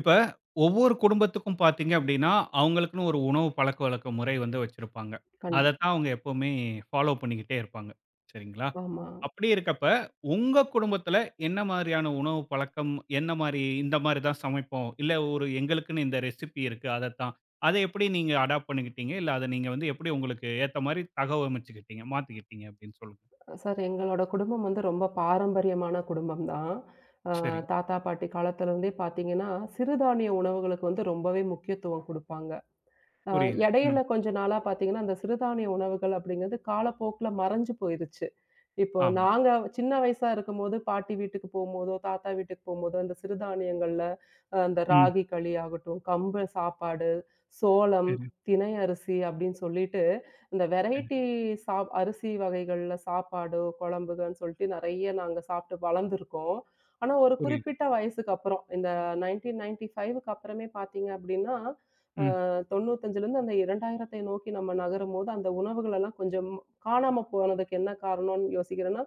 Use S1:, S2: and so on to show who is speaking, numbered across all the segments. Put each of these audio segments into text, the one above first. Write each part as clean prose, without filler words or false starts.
S1: இப்ப ஒவ்வொரு குடும்பத்துக்கும் பார்த்தீங்க அப்படின்னா, அவங்களுக்குன்னு ஒரு உணவு பழக்கவழக்க முறை வந்து வச்சிருப்பாங்க.
S2: கண்டிப்
S1: அதத்தான் அவங்க எப்பவுமே ஃபாலோ பண்ணிக்கிட்டே இருப்பாங்க. சரிங்களா?
S2: ஆமா.
S1: அப்படி இருக்கப்ப, உங்க குடும்பத்துல என்ன மாரியான உணவு பழக்கம்? என்ன மாரி இந்த மாரி தான் சமைப்போம். இல்ல ஒரு எங்களுக்குன்னு இந்த ரெசிபி இருக்கு. அதத்தான். அத எப்படி நீங்க அடாப்ட் பண்ணிக்கிட்டீங்க? இல்ல அத நீங்க வந்து எப்படி உங்களுக்கு ஏத்த மாரி தகவமைச்சுக்கிட்டீங்க? மாத்திக்கிட்டீங்க அப்படின்னு சொல்லுங்க.
S2: சார், எங்களோட குடும்பம் வந்து ரொம்ப பாரம்பரியமான குடும்பம் தான். அ
S1: சரி.
S2: தாத்தா, பாட்டி காலத்துலருந்தே பார்த்தீங்கன்னா, சிறுதானிய உணவுகளுக்கு வந்து ரொம்பவே முக்கியத்துவம் குடுப்பாங்க. அ
S1: புரியுது. ம்.
S2: இடையில கொஞ்ச நாளா பார்த்தீங்கன்னா, அந்த சிறுதானிய உணவுகள் அப்படிங்கிறது காலப்போக்குல மறைஞ்சு போயிருச்சு. இப்போ
S1: ஆமா.
S2: நாங்க சின்ன வயசா இருக்கும்போது, பாட்டி வீட்டுக்கு போம்போதோ, தாத்தா வீட்டுக்கு போம்போதோ, அந்த சிறுதானியங்கள்ல அந்த
S1: ம்.
S2: ராகி களி ஆகட்டும், கம்பு சாப்பாடு, சோளம்,
S1: சரி,
S2: தினை அரிசி அப்படின்னு சொல்லிட்டு இந்த
S1: சரி.
S2: வெரைட்டி அரிசி வகைகள்ல சாப்பாடோ, குழம்புகள்ன்னு சொல்லிட்டு நெறைய நாங்க சாப்ட்டு வளர்ந்துருக்கோம். ஆனா, ஒரு
S1: புரியுது.
S2: குறிப்பிட்ட வயசுக்கு அப்புறம் இந்த 1995க்கு அப்புறமே பார்த்தீங்க அப்படின்னா,
S1: ம்.
S2: 95லேருந்து அந்த 2000த்தை நோக்கி நம்ம நகரும்போது, அந்த உணவுகள் எல்லாம் கொஞ்சம் காணாம போனதுக்கு என்ன காரணம்னு யோசிக்கிறேன்னா,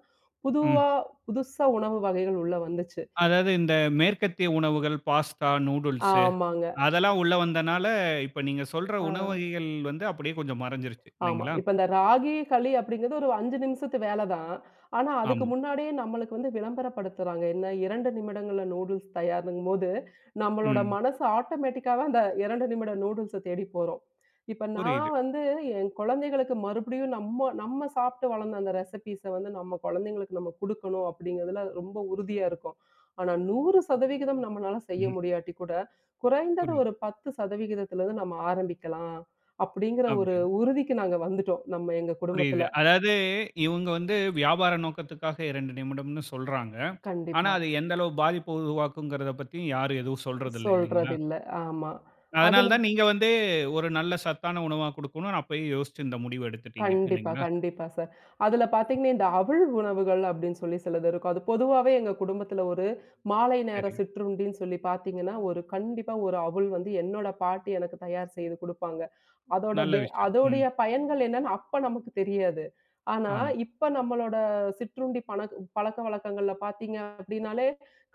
S1: ம்.
S2: புதுவா புதுசா உணவு வகைகள் உள்ள வந்துச்சு.
S1: அதாவது இந்த மேற்கத்திய உணவுகள், பாஸ்தா, நூடுல்ஸு
S2: ஆமாங்க.
S1: அதெல்லாம் உள்ள வந்தனால, இப்ப நீங்க சொல்ற உணவு
S2: ஆ.
S1: வகைகள் வந்து அப்படியே கொஞ்சம் மறைஞ்சிருச்சு
S2: ஆமா.
S1: இல்லைங்களா?
S2: இப்ப இந்த ராகி, களி அப்படிங்கிறது ஒரு 5 நிமிஷத்து வேல தான். ஆனா, அதுக்கு
S1: ஆமா.
S2: முன்னாடியே நம்மளுக்கு வந்து விளம்பரப்படுத்துறாங்க. என்ன 2 நிமிடங்கள்ல நூடுல்ஸ் தயாருங்கும்போது, நம்மளோட
S1: ம்.
S2: மனசு ஆட்டோமேட்டிக்காவா அந்த 2 நிமிட நூடுல்ஸ தேடி போறோம். இப்ப
S1: புரியுது.
S2: நான் வந்து என் குழந்தைகளுக்கு மறுபடியும் நம்ம நம்ம சாப்பிட்டு வளர்ந்த அந்த ரெசிபீஸ வந்து நம்ம குழந்தைங்களுக்கு நம்ம குடுக்கணும் அப்படிங்கிறதுல ரொம்ப உறுதியா இருக்கோம். ஆனா 100% நம்மனால செய்ய
S1: ம்.
S2: முடியாட்டி கூட, குறைந்தது
S1: புரியுது.
S2: ஒரு 10% நம்ம ஆரம்பிக்கலாம் அப்படிங்கிற ஒரு
S1: அப்படின்னு
S2: உறுதிக்கு நாங்க வந்துட்டோம். நம்ம எங்க
S1: புரியுது.
S2: குடும்பத்துல.
S1: அதாவது இவங்க வந்து வியாபார நோக்கத்துக்காக 2 நிமிடம்னு சொல்றாங்க. ஆனா,
S2: கண்டிப்பா.
S1: அது எந்த அளவு பாதிப்பு உருவாக்குங்கிறத பத்தியும் யாரும் எதுவும் சொல்றதில்ல இல்லைங்களா?
S2: சொல்றதில்ல. ஆமா. அது
S1: அதனால தான் நீங்க வந்து ஒரு நல்ல சத்தான உணவா குடுக்கணும்னு அப்பயே யோசிச்சு இந்த முடிவு எடுத்துட்டீங்க
S2: கண்டிப்பா,
S1: இல்லைங்களா?
S2: கண்டிப்பா சார். அதுல பார்த்தீங்கன்னா, இந்த அவுள் உணவுகள் அப்படின்னு சொல்லி சிலது இருக்கும். அது பொதுவாவே எங்க குடும்பத்துல ஒரு மாலை நேர
S1: சரி.
S2: சிற்றுண்டின்னு சொல்லி பார்த்தீங்கன்னா, ஒரு கண்டிப்பா ஒரு அவுள் வந்து என்னோட பாட்டி எனக்கு தயார் செய்து குடுப்பாங்க. அதோட
S1: நல்ல
S2: பெ
S1: விஷயம். ம்.
S2: அதோடைய பயன்கள் என்னன்னு அப்ப நமக்கு தெரியாது. ஆனா,
S1: ஆமா.
S2: இப்ப நம்மளோட சிற்றுண்டி பழக்கவழக்கங்கள்ல பார்த்தீங்க அப்படின்னாலே,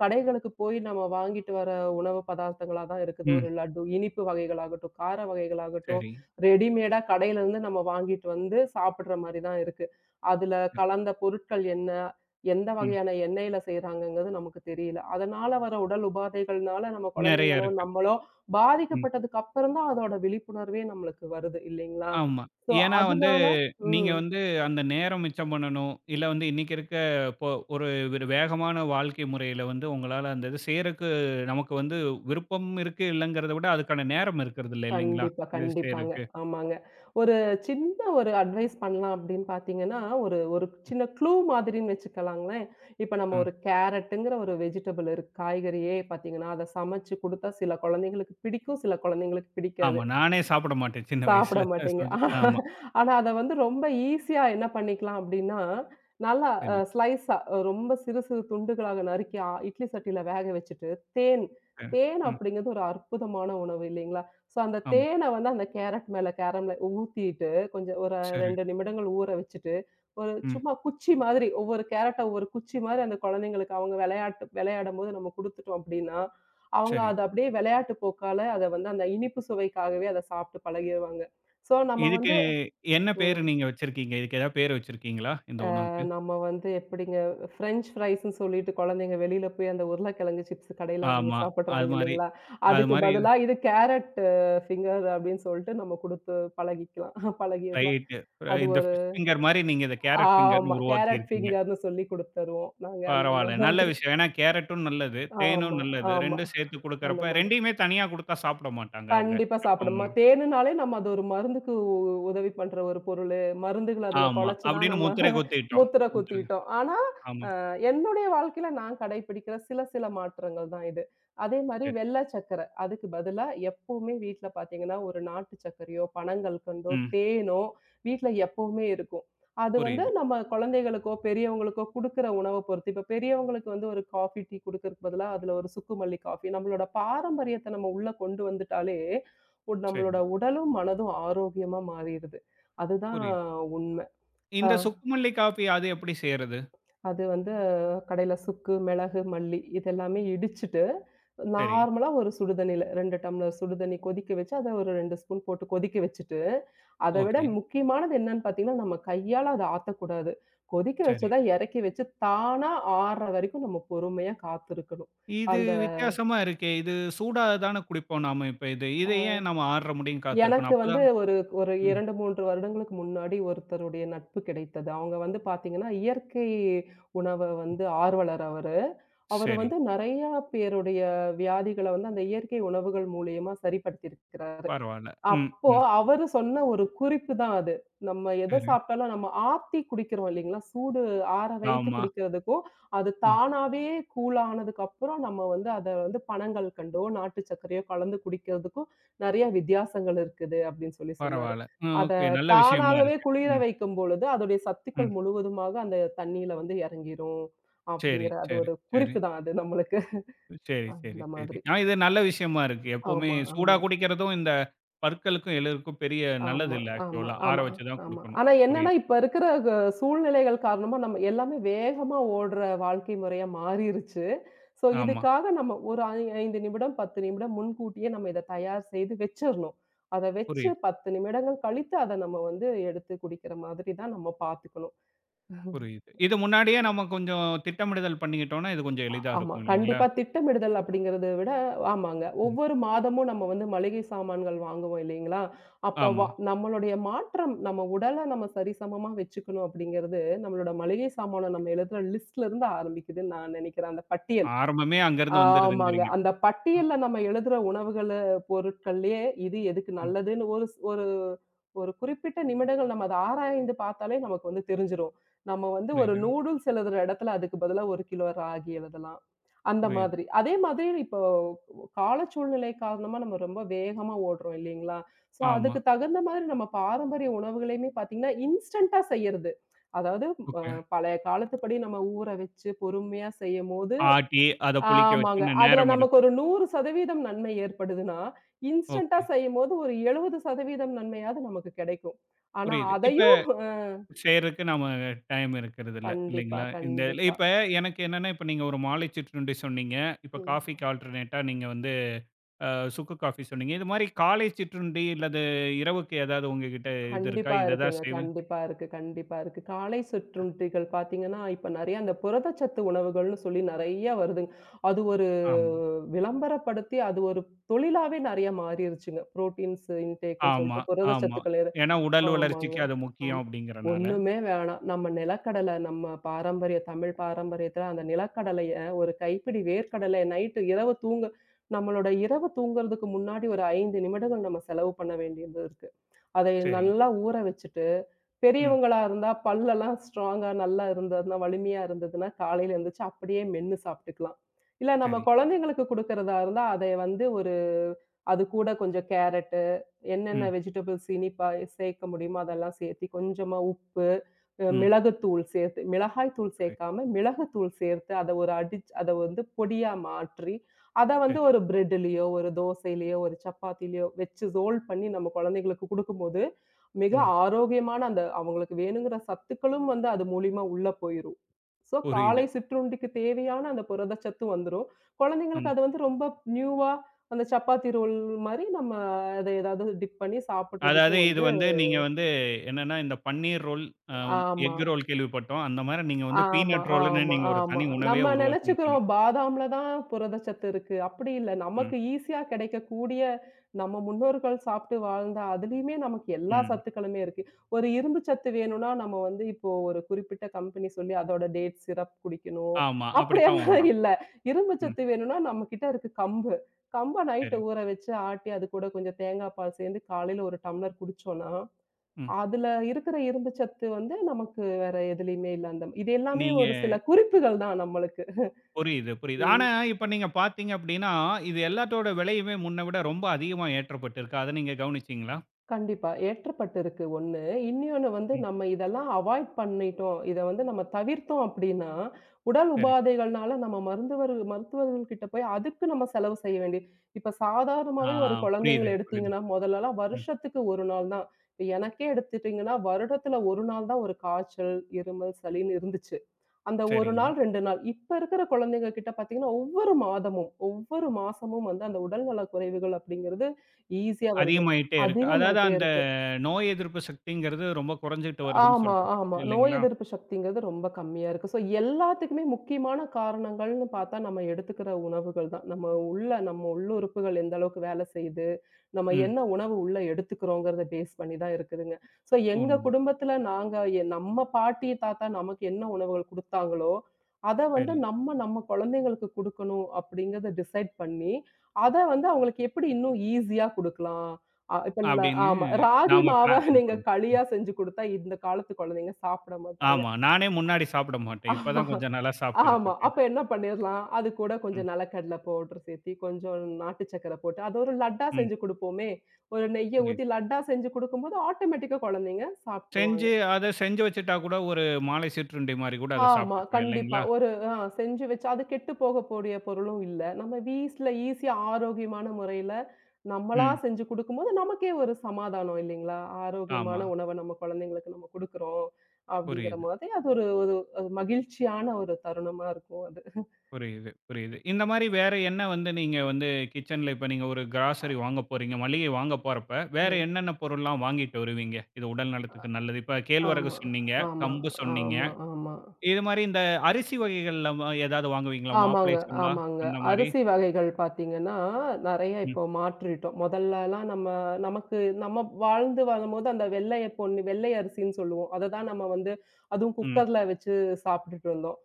S2: கடைகளுக்கு போய் நம்ம வாங்கிட்டு வர உணவு பதார்த்தங்களா தான் இருக்குது.
S1: ம்.
S2: ஒரு லட்டு, இனிப்பு வகைகளாகட்டும், கார வகைகளாகட்டும்,
S1: சரி.
S2: ரெடிமேடா கடையிலருந்து நம்ம வாங்கிட்டு வந்து சாப்பிடுற மாரி தான் இருக்கு. அதுல
S1: ம்.
S2: கலந்த பொருட்கள் என்ன? எந்த
S1: ம்.
S2: வகையான எண்ணெயில செய்றாங்கங்கிறது நமக்கு தெரியல. அதனால வர உடல் உபாதைகள்னால நம்ம
S1: நெறைய
S2: குழந்தைங்களோ,
S1: இருக்கு.
S2: நம்மளோ
S1: ம்.
S2: பாதிக்கப்பட்டதுக்கு அப்புறம் தான் அதோட விழிப்புணர்வே நம்மளுக்கு வருது இல்லைங்களா?
S1: ஆமா.
S2: ஸோ
S1: ஏன்னா வந்து,
S2: அதனால
S1: நீங்க
S2: ம்.
S1: வந்து அந்த நேரம் மிச்சம் பண்ணணும். இல்ல வந்து இன்னைக்கு இருக்க இப்போ ஒரு ஒரு வேகமான வாழ்க்கை முறையில வந்து உங்களால அந்த இது செய்றக்கு நமக்கு வந்து விருப்பம் இருக்கு, இல்லங்கிறத விட அதுக்கான நேரம் இருக்கிறது இல்ல இல்லைங்களா?
S2: கண்டிப்பா,
S1: இது
S2: கண்டிப்பாங்க.
S1: செய்றக்கு.
S2: ஆமாங்க. ஒரு சின்ன ஒரு அட்வைஸ் பண்ணலாம் அப்படின்னு பார்த்தீங்கன்னா, ஒரு ஒரு சின்ன க்ளூ மாதிரின்னு வச்சுக்கலாங்களேன். இப்ப நம்ம
S1: ம்.
S2: ஒரு கேரட்டுங்கிற ஒரு வெஜிடபிள் இருக்கு. காய்கறியே பார்த்தீங்கன்னா, அத சமைச்சு குடுத்தா சில குழந்தைங்களுக்கு பிடிக்கும், சில குழந்தைங்களுக்கு பிடிக்காது.
S1: ஆமா. நானே சாப்பிட மாட்டேன் சின்ன
S2: சாப்பிட
S1: வயசுல.
S2: மாட்டீங்க.
S1: ஆமா.
S2: ஆனா, அத வந்து ரொம்ப ஈஸியா என்ன பண்ணிக்கலாம் அப்டின்னா, நல்லா
S1: சரி,
S2: ஸ்லைஸா ரொம்ப சிறு சிறு துண்டுகளாக நறுக்கி இட்லி சட்டியில வேக வச்சுட்டு, தேன்
S1: சரி.
S2: தேன்
S1: ம்.
S2: அப்படிங்கிறது ஒரு அற்புதமான உணவு இல்லைங்களா? ஸோ அந்த
S1: ஆமா.
S2: தேன வந்து அந்த கேரட் மேல கேரம்ல ஊத்திட்டு, கொஞ்சம் ஒரு
S1: சரி.
S2: 2 நிமிடங்கள் ஊற வச்சுட்டு, ஒரு
S1: ம்.
S2: சும்மா குச்சி மாதிரி ஒவ்வொரு கேரட்ட ஒவ்வொரு குச்சி மாரி அந்த குழந்தைங்களுக்கு அவங்க விளையாட்டு விளையாடும்போது நம்ம குடுத்துட்டோம் அப்டின்னா, அவங்க
S1: சரி.
S2: அத அப்படியே விளையாட்டு போக்கால அத வந்து அந்த இனிப்பு சுவைக்காகவே அத சாப்பிட்டு பழகிருவாங்க. ஸோ நம்ம
S1: இதுக்கு
S2: வந்து
S1: என்ன பேரு
S2: ம்.
S1: நீங்க வச்சிருக்கீங்க? இதுக்கு ஏதாவது பேரு வச்சிருக்கீங்களா? இந்த உணவுக்கு?
S2: நம்ம வந்து எப்படிங்க ஃப்ரெஞ்ச் ஃப்ரைஸ்ன்னு சொல்லிட்டு குழந்தைங்க வெளியில போய் அந்த உருளைக்கிழங்கு சிப்ஸ் கடையில வாங்கி
S1: ஆமா. அது
S2: சாப்பிடுறாங்க
S1: மாரி
S2: இல்லைங்களா?
S1: அது
S2: அதுக்கு
S1: மாரி
S2: பதிலா இது கேரட் ஃபிங்கர் அப்படின்னு சொல்லிட்டு நம்ம குடுத்து பழகிக்கலாம். பழகிரலாம்.
S1: ரைட்டு. அ
S2: அது
S1: இந்த
S2: ஒரு
S1: ஃபிஷ் ஃபிங்கர் மாரி நீங்க இத கேரட் ஃபிங்கர்ன்னு
S2: ஆமா.
S1: உருவாக்கி
S2: கேரட்
S1: இருக்கீங்க.
S2: ஃபிங்கர்ன்னு சொல்லி குடுத்துருவோம். நாங்க அந்த
S1: பரவால்ல. நல்ல
S2: மாதிரி.
S1: விஷயம். ஏன்னா கேரட்டும் நல்லது, தேனும்
S2: ஆமா,
S1: நல்லது.
S2: ஆமா.
S1: 2ம் சேர்த்து
S2: அந்த
S1: குடுக்கறப்ப
S2: மாதிரி.
S1: 2யுமே தனியா குடுத்தா சாப்பிட மாட்டாங்க அவங்க.
S2: கண்டிப்பா சாப்பிடும்.
S1: எப்பவுமே.
S2: தேனுனாலே நம்ம அது ஒரு மருந்துக்கு உதவி பண்ற ஒரு பொருளு. மருந்துகள அதுல
S1: ஆமா.
S2: குழச்சு தான்
S1: அப்படின்னு
S2: நம்ம
S1: முத்திரை குத்திட்டோம்.
S2: மூத்திர
S1: ம்.
S2: குத்திட்டோம். ஆனா,
S1: ஆமா.
S2: என்னுடைய வாழ்க்கையில நான் கடைப்பிடிக்கிற சில சில மாற்றங்கள் தான் இது. அதே மாரி
S1: சரி.
S2: வெள்ள சர்க்கரை. அதுக்கு பதிலா எப்பவுமே வீட்ல பார்த்தீங்கன்னா, ஒரு நாட்டு சர்க்கரையோ, பனங்கல்கண்டோ,
S1: ம்.
S2: தேனோ வீட்ல எப்பவுமே இருக்கும். அது வந்து
S1: புரியுது.
S2: நம்ம குழந்தைகளுக்கோ, பெரியவங்களுக்கோ குடுக்குற உணவ பொறுத்து. இப்ப பெரியவங்களுக்கு வந்து ஒரு காஃபி, டீ குடுக்கறதுக்கு பதிலா அதுல ஒரு சுக்கு மல்லி காஃபி. நம்மளோட பாரம்பரியத்த நம்ம உள்ள கொண்டு வந்துட்டாலே, நம்மளோட
S1: சரி.
S2: உடலும், மனதும் ஆரோக்கியமா மாறிருது. அதுதான்
S1: புரியுது.
S2: உண்ம. ஆ.
S1: இந்த சுக்குமல்லி காப்பி அது எப்படி செய்யறது?
S2: அது வந்து கடையில சுக்கு, மிளகு, மல்லி இதெல்லாமே இடிச்சுட்டு,
S1: சரி.
S2: நார்மலா ஒரு சுடுதண்ணீல 2 டம்ளர் சுடுதண்ணி கொதிக்க வச்சு, அத ஒரு 2 ஸ்பூன் போட்டு கொதிக்க வச்சுட்டு, அத விட
S1: ஓகே.
S2: முக்கியமானது என்னன்னு பார்த்தீங்கன்னா, நம்ம கையால அத ஆத்தக்கூடாது. கொதிக்க
S1: சரி.
S2: வச்சத இறக்கி வச்சு, தானா ஆர்ற வரைக்கும் நம்ம பொறுமையா காத்திருக்கணும்.
S1: இது
S2: அந்த
S1: வித்தியாசமா இருக்கே. இது சூடா தானே குடிப்போம் நாம இப்ப இது. இத ஏன்
S2: அ.
S1: நாம 6:30 முடியும் காத்திருக்கணும்?
S2: எனக்கு வந்து
S1: அப்பதான்
S2: ஒரு ஒரு
S1: ம்.
S2: 2, 3 வருடங்களுக்கு முன்னாடி ஒருத்தருடைய நட்பு கிடைத்தது. அவங்க வந்து பாத்தீங்கன்னா, இயற்கை உணவ
S1: ம்.
S2: வந்து ஆர்வலர் அவரு. அவரு
S1: சரி.
S2: வந்து நெறையா பேருடைய வியாதிகள வந்து அந்த இயற்கை உணவுகள் மூலியமா சரிப்படுத்தியிருக்கிறாரு.
S1: பரவால்ல. ம்.
S2: அப்போ
S1: ம்.
S2: அவரு சொன்ன ஒரு குறிப்பு தான் அது. நம்ம எத
S1: சரி.
S2: சாப்பிட்டாலும் நம்ம ஆத்தி குடிக்கிறோம் இல்லைங்களா? சூடு ஆற வைத்து
S1: ஆமா.
S2: குடிக்கிறதுக்கும், அது
S1: ம்.
S2: தானாவே கூலானதுக்கு அப்புறம் நம்ம வந்து அத வந்து பனங்கல்கண்டோ, நாட்டு சர்க்கரையோ கலந்து குடிக்கிறதுக்கும் நெறைய வித்தியாசங்கள் இருக்குது அப்படின்னு சொல்லி சொன்னாரு.
S1: பரவால்ல. அ
S2: அத
S1: ஓகே. நல்ல விஷயமா
S2: தானாகவே
S1: இருக்கு.
S2: குளிர
S1: ம்,
S2: வைக்கும் பொழுது, அதோடைய
S1: ம்.
S2: சத்துக்கள் முழுவதுமாக அந்த தண்ணீல வந்து இறங்கிரும்.
S1: சரி,
S2: அப்படிங்கிற அது
S1: சரி,
S2: ஒரு
S1: சரி,
S2: குறிப்பு தான் அது நம்மளுக்கு.
S1: சரி, சரி,
S2: அந்த
S1: சரி.
S2: மாதிரி.
S1: ஆ இது நல்ல விஷயமா இருக்கு. எப்பவுமே
S2: ஆமா,
S1: சூடா
S2: ஆமா.
S1: குடிக்கிறதும் இந்த பற்களுக்கும், எலும்புக்கும் பெரிய நல்லது
S2: ஆமா,
S1: இல்ல
S2: ஆமா,
S1: ஆக்சுவலா. ஆற
S2: ஆமா,
S1: வச்சு தான்
S2: ஆமா.
S1: குடுக்கணும்.
S2: ஆனா என்னன்னா,
S1: புரியுது.
S2: இப்ப இருக்கிற சூழ்நிலைகள் காரணமா நம்ம எல்லாமே வேகமா ஓடுற வாழ்க்கை முறையா மாறிருச்சு. ஸோ
S1: ஆமா.
S2: இதுக்காக நம்ம ஒரு 5 நிமிடம், 10 நிமிடம் முன்கூட்டியே நம்ம இத தயார் செய்து வச்சிரணும். அத வச்சு
S1: புரியுது,
S2: 10 நிமிடங்கள் கழித்து அத நம்ம வந்து எடுத்து குடிக்கிற மாதிரி தான் நம்ம பார்த்துக்கணும்.
S1: புரியுது. இது முன்னாடியே நம்ம கொஞ்சம் திட்டமிடுதல் பண்ணிக்கிட்டோம்னா, இது கொஞ்சம் எளிதா
S2: ஆமா.
S1: இருக்கும் இல்லைங்களா?
S2: கண்டிப்பா திட்டமிடுதல் அப்படிங்கிறத விட ஆமாங்க.
S1: ம்.
S2: ஒவ்வொரு மாதமும் நம்ம வந்து மளிகை சாமான்கள் வாங்குவோம் இல்லைங்களா? அப்ப வ
S1: ஆமா.
S2: நம்மளுடைய மாற்றம் நம்ம உடல நம்ம சரிசமமா வச்சுக்கணும் அப்படிங்கிறது, நம்மளோட மளிகை சாமான நம்ம எழுதுற லிஸ்ட்ல இருந்து ஆரம்பிக்குதுன்னு நான் நினைக்கிறேன். அந்த பட்டியல்.
S1: ஆரம்பமே அங்கருந்து
S2: ஆமாங்க.
S1: வந்துருதுங்கிறீங்க.
S2: அந்த பட்டியல்ல நம்ம எழுதுற உணவுகளு, பொருட்கள்லயே இது எதுக்கு
S1: ம்.
S2: நல்லதுன்னு ஒரு ஒரு குறிப்பிட்ட நிமிடங்கள் நம்ம அத ஆராய்ந்து பார்த்தாலே நமக்கு வந்து தெரிஞ்சிரும். நம்ம வந்து ஒரு
S1: புரியுது,
S2: நூடுல்ஸ் எழுதுற இடத்துல அதுக்கு பதிலா 1 கிலோ ராகி எழுதலாம். அந்த
S1: புரியுது.
S2: மாதிரி. அதே மாதிரி இப்போ கால சூழ்நிலை காரணமா நம்ம ரொம்ப வேகமா ஓடுறோம் இல்லைங்களா? ஸோ,
S1: ஆமா.
S2: அதுக்கு தகுந்த மாதிரி நம்ம பாரம்பரிய உணவுகளையுமே பார்த்தீங்கன்னா, இன்ஸ்டன்ட்டா செய்யறது. அதாவது அ
S1: ஓகே.
S2: பழைய காலத்துப்படி நம்ம ஊற வச்சு பொறுமையா செய்யும்போது
S1: ஆட்டி, அத புளிக்க வச்சு
S2: ஆமாங்க.
S1: இன்னும்
S2: அதுல
S1: நேரம்
S2: நமக்கு
S1: எடுக்கும்.
S2: ஒரு 100% நன்மை ஏற்படுதுன்னா, இன்ஸ்டன்ட்டா
S1: ஓகே.
S2: செய்யும்போது ஒரு 70% நன்மையாவது நமக்கு கிடைக்கும். ஆனா
S1: புரியுது. இப்
S2: அதையும் அ
S1: செய்றதுக்கு நாம டைம் இருக்கிறதில்ல.
S2: கண்டிப்பா,
S1: இல்லைங்களா? இந்த
S2: கண்டிப்பா.
S1: இப்ப எனக்கு என்னன்னா, இப்ப நீங்க ஒரு மாலை சிற்றுண்டி சொன்னீங்க. இப்ப
S2: ம்.
S1: காஃபிக்கு ஆல்டர்னேட்டா நீங்க வந்து அ சுக்கு காஃபி சொன்னீங்க. இது மாரி காலை சிற்றுண்டி இல்லது இரவுக்கு ஏதாவது உங்ககிட்ட இது இருக்கா?
S2: கண்டிப்பா
S1: இத தான்
S2: இருக்குங்க.
S1: செய்வேன்.
S2: கண்டிப்பா இருக்கு, கண்டிப்பா இருக்கு. காலை சிற்றுண்டிகள் பார்த்தீங்கன்னா, இப்ப நெறைய அந்த புரதச்சத்து உணவுகள்னு சொல்லி நெறைய வருதுங்க. அது ஒரு
S1: ஆமா,
S2: விளம்பரப்படுத்தி, அது ஒரு தொழிலாவே நெறைய மாறிருச்சுங்க. புரோட்டீன்ஸ் இன்டேக்ன்னு
S1: ஆமா,
S2: சொல்லிட்டு
S1: ஆமா.
S2: புரதச்சத்துக்கள் எது
S1: ஏன்னா உடல்
S2: ஆமாங்க.
S1: வளர்ச்சிக்கு அது முக்கியம்
S2: ஆமா.
S1: அப்படிங்கிறனால.
S2: ஒண்ணுமே வேணாம். நம்ம நிலக்கடலை, நம்ம பாரம்பரிய தமிழ் பாரம்பரியத்தில அந்த நிலக்கடலைய ஒரு கைப்பிடி வேர்க்கடலை நைட்டு இரவு தூங்க நம்மளோட இரவு தூங்குறதுக்கு முன்னாடி ஒரு 5 நிமிடங்கள் நம்ம செலவு பண்ண வேண்டியது இருக்கு. அதை
S1: சரி.
S2: நல்லா ஊற வச்சுட்டு,
S1: ம்.
S2: பெரியவங்களா இருந்தா பல்லெல்லாம் ஸ்ட்ராங்கா நல்லா இருந்ததுன்னா, வலிமையா இருந்ததுன்னா, காலையில எந்திரிச்சு அப்படியே மென்னு சாப்பிட்டுக்கலாம். இல்ல நம்ம
S1: சரி.
S2: குழந்தைங்களுக்கு குடுக்கிறதா இருந்தா, அதை வந்து ஒரு அது கூட கொஞ்சம் கேரட்டு, என்னென்ன
S1: ம்.
S2: வெஜிடபிள்ஸ் இனிப்பா சேர்க்க முடியுமோ அதெல்லாம் சேர்த்தி, கொஞ்சமா உப்பு,
S1: ம்.
S2: மிளகுத்தூள் சேர்த்து மிளகாய் தூள்
S1: சரி,
S2: சேர்க்காம, மிளகுத்தூள் சேர்த்து அத ஒரு அத வந்து பொடியா மாற்றி, அத வந்து
S1: சரி.
S2: ஒரு பிரெட்லயோ, ஒரு தோசையிலயோ, ஒரு சப்பாத்திலயோ வச்சு ரோல் பண்ணி நம்ம குழந்தைகளுக்கு குடுக்கும்போது, மிக
S1: ம்.
S2: ஆரோக்கியமான அந்த அவங்களுக்கு வேணுங்கிற சத்துக்களும் வந்து அது மூலியமா உள்ள போயிரும். ஸோ,
S1: புரியுது.
S2: காலை சிற்றுண்டிக்கு தேவையான அந்த புரதச்சத்தும் வந்துரும்.
S1: ம்.
S2: குழந்தைங்களுக்கு அது வந்து ரொம்ப நியூவா அந்த சப்பாத்தி ரோல் மாரி நம்ம அத ஏதாவது டிப் பண்ணி
S1: அதாவது
S2: சாப்பிடுறதுக்கும்
S1: இது
S2: வந்து
S1: வந்து நீங்க வந்து என்னன்னா, இந்த பன்னீர் ரோல், அ
S2: ஆமா.
S1: எக் ரோல் கேள்விப்பட்டோம். அந்த மாரி நீங்க வந்து
S2: ஆமா,
S1: பீனட் ரோல்ன்னு
S2: ஆமா,
S1: நீங்க ஒரு
S2: ஆமா.
S1: தனி உணவையே
S2: நம்ம
S1: உருவாக்கியிருக்கீங்க.
S2: நெனச்சுக்கிறோம் பாதாம்ல தான் புரதச்சத்து இருக்கு. அப்படி இல்ல.
S1: ம்,
S2: நமக்கு ஈஸியா கிடைக்கக்கூடிய நம்ம முன்னோர்கள் சாப்பிட்டு வாழ்ந்த அதுலயுமே நமக்கு எல்லா
S1: ம்.
S2: சத்துக்களுமே இருக்கு. ஒரு இரும்பு சத்து வேணும்னா நம்ம வந்து இப்போ ஒரு குறிப்பிட்ட கம்பெனி சொல்லி அதோட டேட் சிரப் குடிக்கணும்.
S1: ஆமா. அப்படித்தான்
S2: அப்படியெல்லாம்
S1: வாங்குறோம்.
S2: இல்ல. இரும்பு
S1: ம்.
S2: சத்து வேணும்னா நம்ம கிட்ட இருக்கு கம்பு. கம்ப நைட்டு
S1: சரி.
S2: ஊற வச்சு ஆட்டி அது கூட கொஞ்சம் தேங்காய் பால் சேர்ந்து காலையில ஒரு டம்ளர் குடிச்சோம்னா,
S1: ம்.
S2: அதுல இருக்கிற இரும்புச்சத்து வந்து நமக்கு வேற எதுலயுமே இல்ல. அந்த இது எல்லாமே
S1: நீங்க
S2: ஒரு சில குறிப்புகள் தான் நம்மளுக்கு.
S1: புரியுது, புரியுது. ஆனா,
S2: ம்.
S1: இப்ப நீங்க பார்த்தீங்க அப்படின்னா, இது எல்லாத்தோட விலையுமே முன்ன விட ரொம்ப அதிகமா ஏற்றப்பட்டிருக்கு. அத நீங்க கவனிச்சீங்களா?
S2: கண்டிப்பா. ஏற்றப்பட்டிருக்கு ஒண்ணு. இன்னொன்னு வந்து
S1: ம்.
S2: நம்ம இதெல்லாம் அவாய்ட் பண்ணிட்டோம். இத வந்து நம்ம தவிர்த்தோம் அப்டின்னா, உடல்
S1: சரி.
S2: உபாதைகள்னால நம்ம மருத்துவர்கள் கிட்ட போய் அதுக்கு நம்ம செலவு செய்ய வேண்டிய இப்ப
S1: ஆ
S2: சாதாரணமாவே ஒரு
S1: புரியுது,
S2: குழந்தைங்கள
S1: புரியுது.
S2: எடுத்தீங்கன்னா, முதல்லலாம்
S1: ம்.
S2: வருஷத்துக்கு 1 நாள் தான். இப்ப எனக்கே எடுத்துட்டீங்கன்னா, வருடத்துல 1 நாள் தான் ஒரு காய்ச்சல், இருமல், சளின்னு இருந்துச்சு. அந்த 1
S1: சரிங்க.
S2: நாள், 2 நாள். இப்ப இருக்கிற குழந்தைங்க கிட்ட பார்த்தீங்கன்னா, ஒவ்வொரு மாதமும், ஒவ்வொரு மாசமும் வந்து அந்த உடல்நல குறைவுகள் அப்படிங்கிறது ஈஸியா வருது.
S1: அதிகமாயிட்டே இருக்கு. அதாவது
S2: அதிகமாயிட்டே
S1: அந்த
S2: இருக்கு.
S1: நோய் எதிர்ப்பு சக்திங்கிறது ரொம்ப குறைஞ்சுட்டு வருதுன்னு
S2: ஆமா,
S1: சொல்றீங்க.
S2: ஆமா. நோய்
S1: இல்லைங்களா?
S2: எதிர்ப்பு சக்திங்கிறது ரொம்ப கம்மியா இருக்கு. ஸோ எல்லாத்துக்குமே முக்கியமான காரணங்கள்னு பார்த்தா, நம்ம எடுத்துக்கிற உணவுகள் தான். நம்ம உள்ள நம்ம உள்ளுறுப்புகள் எந்த அளவுக்கு வேலை செய்யுது? நம்ம
S1: ம்.
S2: என்ன உணவு உள்ள எடுத்துக்கிறோங்கிறத பேஸ் பண்ணி தான் இருக்குதுங்க. ஸோ எங்க
S1: உண்ம.
S2: குடும்பத்தில நாங்க நம்ம பாட்டி, தாத்தா நமக்கு என்ன உணவுகள் குடுத்தாங்களோ, அத வந்து
S1: சரி.
S2: நம்ம நம்ம குழந்தைங்களுக்கு குடுக்கணும் அப்படிங்கிறத டிசைட் பண்ணி, அத வந்து அவங்களுக்கு எப்படி இன்னும் ஈஸியா குடுக்கலாம். அ இப்ப ல
S1: அப்படின்னு
S2: ஆமா. ராகி
S1: நாம ப
S2: மாவ
S1: இது
S2: நீங்க
S1: பண்ணோம்.
S2: களியா
S1: ம்.
S2: செஞ்சு குடுத்தா இந்த காலத்து குழந்தைங்க சாப்பிட மாட்டாங்க.
S1: ஆமா. நானே முன்னாடி சாப்பிட மாட்டேன். இப்ப
S2: ஆமா.
S1: தான் கொஞ்சம் நல்லா சாப்பிட்டுக்கிட்டு
S2: ஆமா.
S1: இருக்கேன்.
S2: அப்ப என்ன பண்ணிர்லாம், அது கூட
S1: ம்,
S2: கொஞ்சம் நிலக்கடலை பவுடர் சேர்த்தி, கொஞ்சம் நாட்டு சர்க்கரை போட்டு, அது ஒரு லட்டா
S1: ம்.
S2: செஞ்சு குடுப்போமே! ஒரு நெய்ய ஊத்தி
S1: புரியுது.
S2: லட்டா செஞ்சு குடுக்கும்போது, ஆட்டோமேட்டிக்கா குழந்தைங்க சாப்ட்டுருவாங்க.
S1: செஞ்சு அத செஞ்சு வச்சுட்டா கூட ஒரு மாலை சிற்றுண்டி மாரி கூட அத
S2: ஆமா.
S1: சாப்பிட்டுக்கலாம்
S2: கண்டிப்பா.
S1: இல்லைங்களா?
S2: ஒரு அ செஞ்சு வச்சு அது கெட்டு போகக்கூடிய பொருளும் இல்ல. நம்ம வீட்ல ஈஸியா ஆரோக்கியமான முறையில நம்மளா
S1: ம்.
S2: செஞ்சு குடுக்கும்போது, நமக்கே ஒரு சமாதானம் இல்லைங்களா?
S1: ஆமா.
S2: ஆரோக்கியமான உணவ நம்ம குழந்தைங்களுக்கு நம்ம குடுக்குறோம், அப்படிங்கிற
S1: புரியுது,
S2: மாதிரி அது ஒரு ஒரு ஒரு மகிழ்ச்சியான ஒரு தருணமா இருக்கும் அது.
S1: புரியுது, புரியுது. இந்த மாரி வேற என்ன வந்து நீங்க வந்து கிச்சன்ல இப்ப நீங்க ஒரு கிராசரி வாங்க போறீங்க, மளிகை வாங்க போறப்ப, வேற என்னென்ன பொருள்லாம் வாங்கிட்டு வருவீங்க? இது உடல் நலத்துக்கு நல்லது. இப்ப கேழ்வரகு
S2: ஆமா,
S1: சொன்னீங்க,
S2: ஆமா,
S1: கம்பு சொன்னீங்க.
S2: ஆமா, ஆமா.
S1: இது மாரி இந்த அரிசி வகைகள்ல வ ஏதாவது வாங்குவீங்களா? மாப்பிளை
S2: ஆமாங்க,
S1: சம்பா
S2: ஆமாங்க.
S1: அந்த மாரி?
S2: அரிசி வகைகள் பார்த்தீங்கன்னா, நெறைய
S1: ம்,
S2: இப்போ மாற்றிட்டோம். முதல்லலாம் நம்ம நமக்கு நம்ம வாழ்ந்து வரும்போது அந்த வெள்ளை பொன்னி வெள்ளை அரிசின்னு சொல்லுவோம். அததான் நம்ம வந்து அதுவும்
S1: ம்.
S2: குக்கர்ல வச்சு சாப்பிட்டுட்டு இருந்தோம்.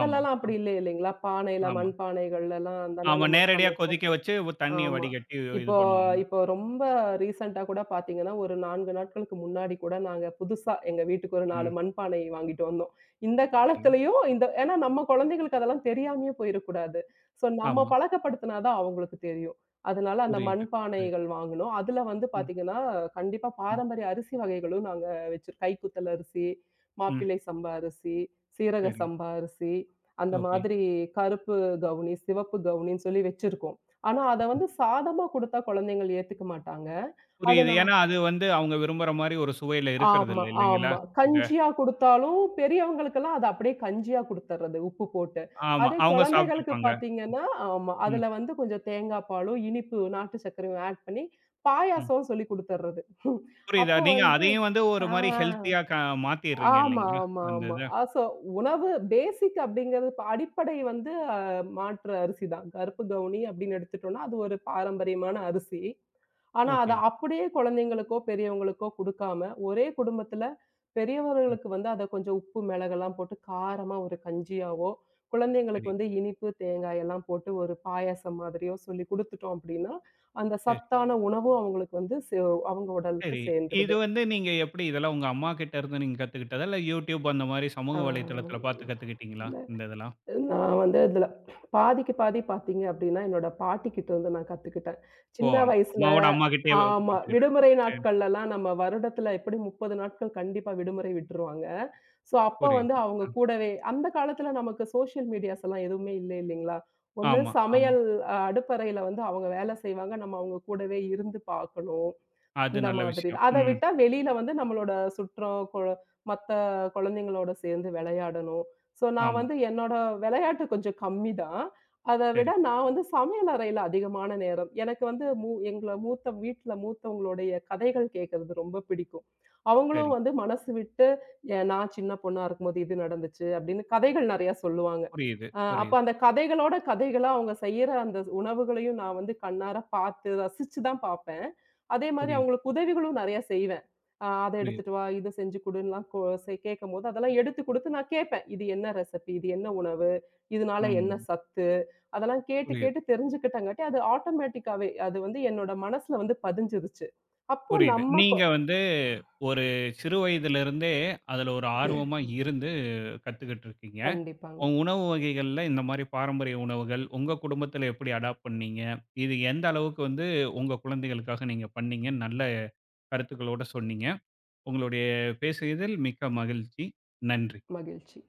S1: ஆமா, ஆ,
S2: அப்படி இல்லை இல்லைங்களா? பானையில
S1: ஆமா.
S2: மண் பானைகள்லலாம் தானே
S1: ஆமா.
S2: நம்ம
S1: நேரடியா
S2: சமைப்போம்.
S1: கொதிக்க வச்சு ஒ தண்ணிய
S2: ஆமா.
S1: வடிகட்டி இது
S2: இப்போ
S1: பண்ணுவாங்க.
S2: இப்போ ரொம்ப ரீசென்ட்டா கூட பார்த்தீங்கன்னா, ஒரு 4 நாட்களுக்கு முன்னாடி கூட நாங்க புதுசா எங்க வீட்டுக்கு ஒரு 4
S1: ம்.
S2: மண்பானை வாங்கிட்டு வந்தோம். இந்த
S1: சரிங்க.
S2: காலத்திலயும் இந்த ஏன்னா நம்ம குழந்தைகளுக்கு அதெல்லாம் தெரியாமயே போயிறக்கூடாது. ஸோ நம்ம
S1: ஆமா.
S2: பழக்கப்படுத்தினா தான் அவங்களுக்கு தெரியும். அதனால அந்த
S1: புரியுது, புரியுது.
S2: மண்பானைகள் வாங்குனோம். அதுல வந்து
S1: ம்,
S2: பார்த்தீங்கன்னா, கண்டிப்பா
S1: ம்,
S2: பாரம்பரிய அரிசி வகைகளும் நாங்க வச்சிரு கைக்குத்தல் அரிசி,
S1: ம்.
S2: மாப்பிள்ளை சம்பா அரிசி, சீரக
S1: சரிங்க.
S2: சம்பா அரிசி, அந்த
S1: ஓகே.
S2: மாதிரி கருப்பு கவுனி, சிவப்பு கவுனின்னு சொல்லி வச்சிருக்கோம். ஆனா, அத வந்து சாதமா குடுத்தா குழந்தைங்கள் ஏத்துக்க மாட்டாங்க. அது
S1: புரியுது.
S2: நான்
S1: ஏன்னா, அது வந்து அவங்க விரும்புற மாரி ஒரு சுவையில
S2: ஆமா,
S1: இருக்கறதில்ல இல்லைங்களா?
S2: ஆமா.
S1: இது.
S2: கஞ்சியா குடுத்தாலும் பெரியவங்களுக்கெல்லாம் அத அப்படியே கஞ்சியா குடுத்துர்றது, உப்பு போட்டு.
S1: ஆமா.
S2: அதே
S1: அவங்க
S2: குழந்தைகளுக்கு
S1: சாப்ட்டுப்பாங்க.
S2: பார்த்தீங்கன்னா ஆமா.
S1: ம்,
S2: அதுல வந்து கொஞ்சம் தேங்காய் பாலும், இனிப்பு நாட்டு சர்க்கரையும் ஆட் பண்ணி
S1: ம்.
S2: பாயாசம்னு சொல்லி குடுத்துர்றது.
S1: புரியுதா?
S2: அப்போ
S1: நீங்க
S2: வந்து
S1: அதையும் வந்து ஒரு
S2: ஆ.
S1: மாரி ஹெல்த்தியா க மாத்திர்றீங்க
S2: ஆமா,
S1: இல்லைங்களா?
S2: ஆமா,
S1: அந்த
S2: ஆமா.
S1: இத.
S2: சோ உணவு பேசிக் அப்படிங்கிறது இப்ப அடிப்படை வந்து மாற்று அரிசி தான். கருப்பு கவுனி அப்படின்னு எடுத்துட்டோம்னா, அது ஒரு பாரம்பரியமான அரிசி. ஆனா, அத
S1: ஓகே.
S2: அப்படியே குழந்தைங்களுக்கோ, பெரியவங்களுக்கோ குடுக்காம, ஒரே குடும்பத்துல
S1: ம்.
S2: பெரியவர்களுக்கு வந்து அத கொஞ்சம் உப்பு, மிளகெல்லாம் போட்டு காரமா ஒரு கஞ்சியாவோ,
S1: சரி.
S2: குழந்தைங்களுக்கு வந்து இனிப்பு, தேங்காய் எல்லாம் போட்டு ஒரு பாயாசம் மாதிரியோ சொல்லி குடுத்துட்டோம் அப்படின்னா, அந்த
S1: சரி.
S2: சத்தான உணவும் அவங்களுக்கு வந்து அவங்க உடலுக்கு
S1: சரி. இது
S2: சேர்ந்துருது.
S1: வந்து நீங்க எப்படி இதெல்லாம் உங்க அம்மாகிட்ட இருந்து நீங்க கத்துக்கிட்டதா? இல்ல YouTube அந்த மாரி சமூக
S2: ஆ.
S1: வலைதளத்தில பார்த்து கத்துக்கிட்டீங்களா?
S2: இல்ல
S1: இந்த இதெல்லாம்?
S2: நான் வந்து அதில பாதிக்கு பாதி பார்த்தீங்க அப்டின்னா, என்னோட பாட்டிகிட்டருந்து நான் கத்துக்கிட்டேன்.
S1: ஓ!
S2: சின்ன
S1: அம்-
S2: வயசுல
S1: அம்மாவோட அம்மாகிட்டயே
S2: ஆமா.
S1: கத்துக்கிட்ட.
S2: விடுமுறை
S1: சரி.
S2: நாட்கள்லலாம் நம்ம வருடத்துல எப்டியும் 30 நாட்கள் கண்டிப்பா விடுமுறை விட்டுருவாங்க. ஸோ, அப்ப வந்து
S1: புரியுது.
S2: அவங்க
S1: அ
S2: கூடவே அந்த காலத்துல நமக்கு சோஷியல் மீடியாஸ் எல்லாம் எதுவுமே இல்ல இல்லைங்களா? ஒண்ணு
S1: ஆமா, ஆமா.
S2: சமையல் அடுப்பறையில வந்து அவங்க வேல செய்வாங்க. நம்ம அவங்க கூடவே இருந்து பார்க்கணும்.
S1: அது
S2: இந்த
S1: நல்ல
S2: மாதிரி
S1: விஷயம்.
S2: தான். அத
S1: ம்.
S2: விட்டா வெளியில வந்து நம்மளோட சுற்றம், கொ மத்த குழந்தைங்களோட சேர்ந்து விளையாடணும். ஸோ நான்
S1: ஆமா.
S2: வந்து என்னோட விளையாட்டு கொஞ்சம் கம்மி தான். அத விட
S1: சரி,
S2: நான் வந்து சமையல் அறையில அதிகமான நேரம். எனக்கு வந்து எங்கள மூத்த வீட்ல மூத்தவங்களுடைய கதைகள் கேட்கறது ரொம்ப பிடிக்கும்.
S1: சரி.
S2: அவங்களும் வந்து மனசு விட்டு, நான் சின்ன பொண்ணா இருக்கும்போது இது நடந்துச்சு" அப்படின்னு கதைகள் நெறையா சொல்லுவாங்க.
S1: புரியுது,
S2: அப்ப
S1: புரியுது,
S2: அந்த கதைகளோட கதைகளா அவங்க செய்யற அந்த உணவுகளையும் நான் வந்து கண்ணார பார்த்து ரசிச்சு தான் பார்ப்பேன். அதே மாரி
S1: புரியுது,
S2: அவங்களுக்கு உதவிகளும் நெறைய செய்வேன். "அத
S1: புரியுது.
S2: எடுத்துட்டு வா, இத செஞ்சு குடுன்னுலாம்" கொ செ கேட்கும்போது அதெல்லாம் எடுத்து குடுத்து நான் கேட்பேன். இது என்ன ரெசிபி? இது என்ன உணவு? இதனால என்ன
S1: ம்.
S2: சத்து? அதெல்லாம் கேட்டு
S1: புரியுது,
S2: கேட்டு தெரிஞ்சுக்கிட்டங்காட்டி, அது ஆட்டோமேட்டிக்காவே அது வந்து என்னோட மனசுல வந்து பதிஞ்சிருச்சு. அப்போ
S1: புரியுது.
S2: நம்ம கொ
S1: நீங்க வந்து ஒரு சிறு வயதிலிருந்தே அதுல ஒரு ஆர்வமா இருந்து கத்துக்கிட்டு இருக்கீங்க.
S2: கண்டிப்பாங்க.
S1: உங்க உணவு வகைகள்ல இந்த மாரி பாரம்பரிய உணவுகள், உங்க குடும்பத்தில எப்படி அடாப்ட் பண்ணீங்க? இது எந்த அளவுக்கு வந்து உங்க குழந்தைகளுக்காக நீங்க பண்ணீங்கன்னு நல்ல கருத்துக்களோட சொன்னீங்க. உங்களுடைய பேசியதில் மிக்க மகிழ்ச்சி. நன்றி.
S2: மகிழ்ச்சி.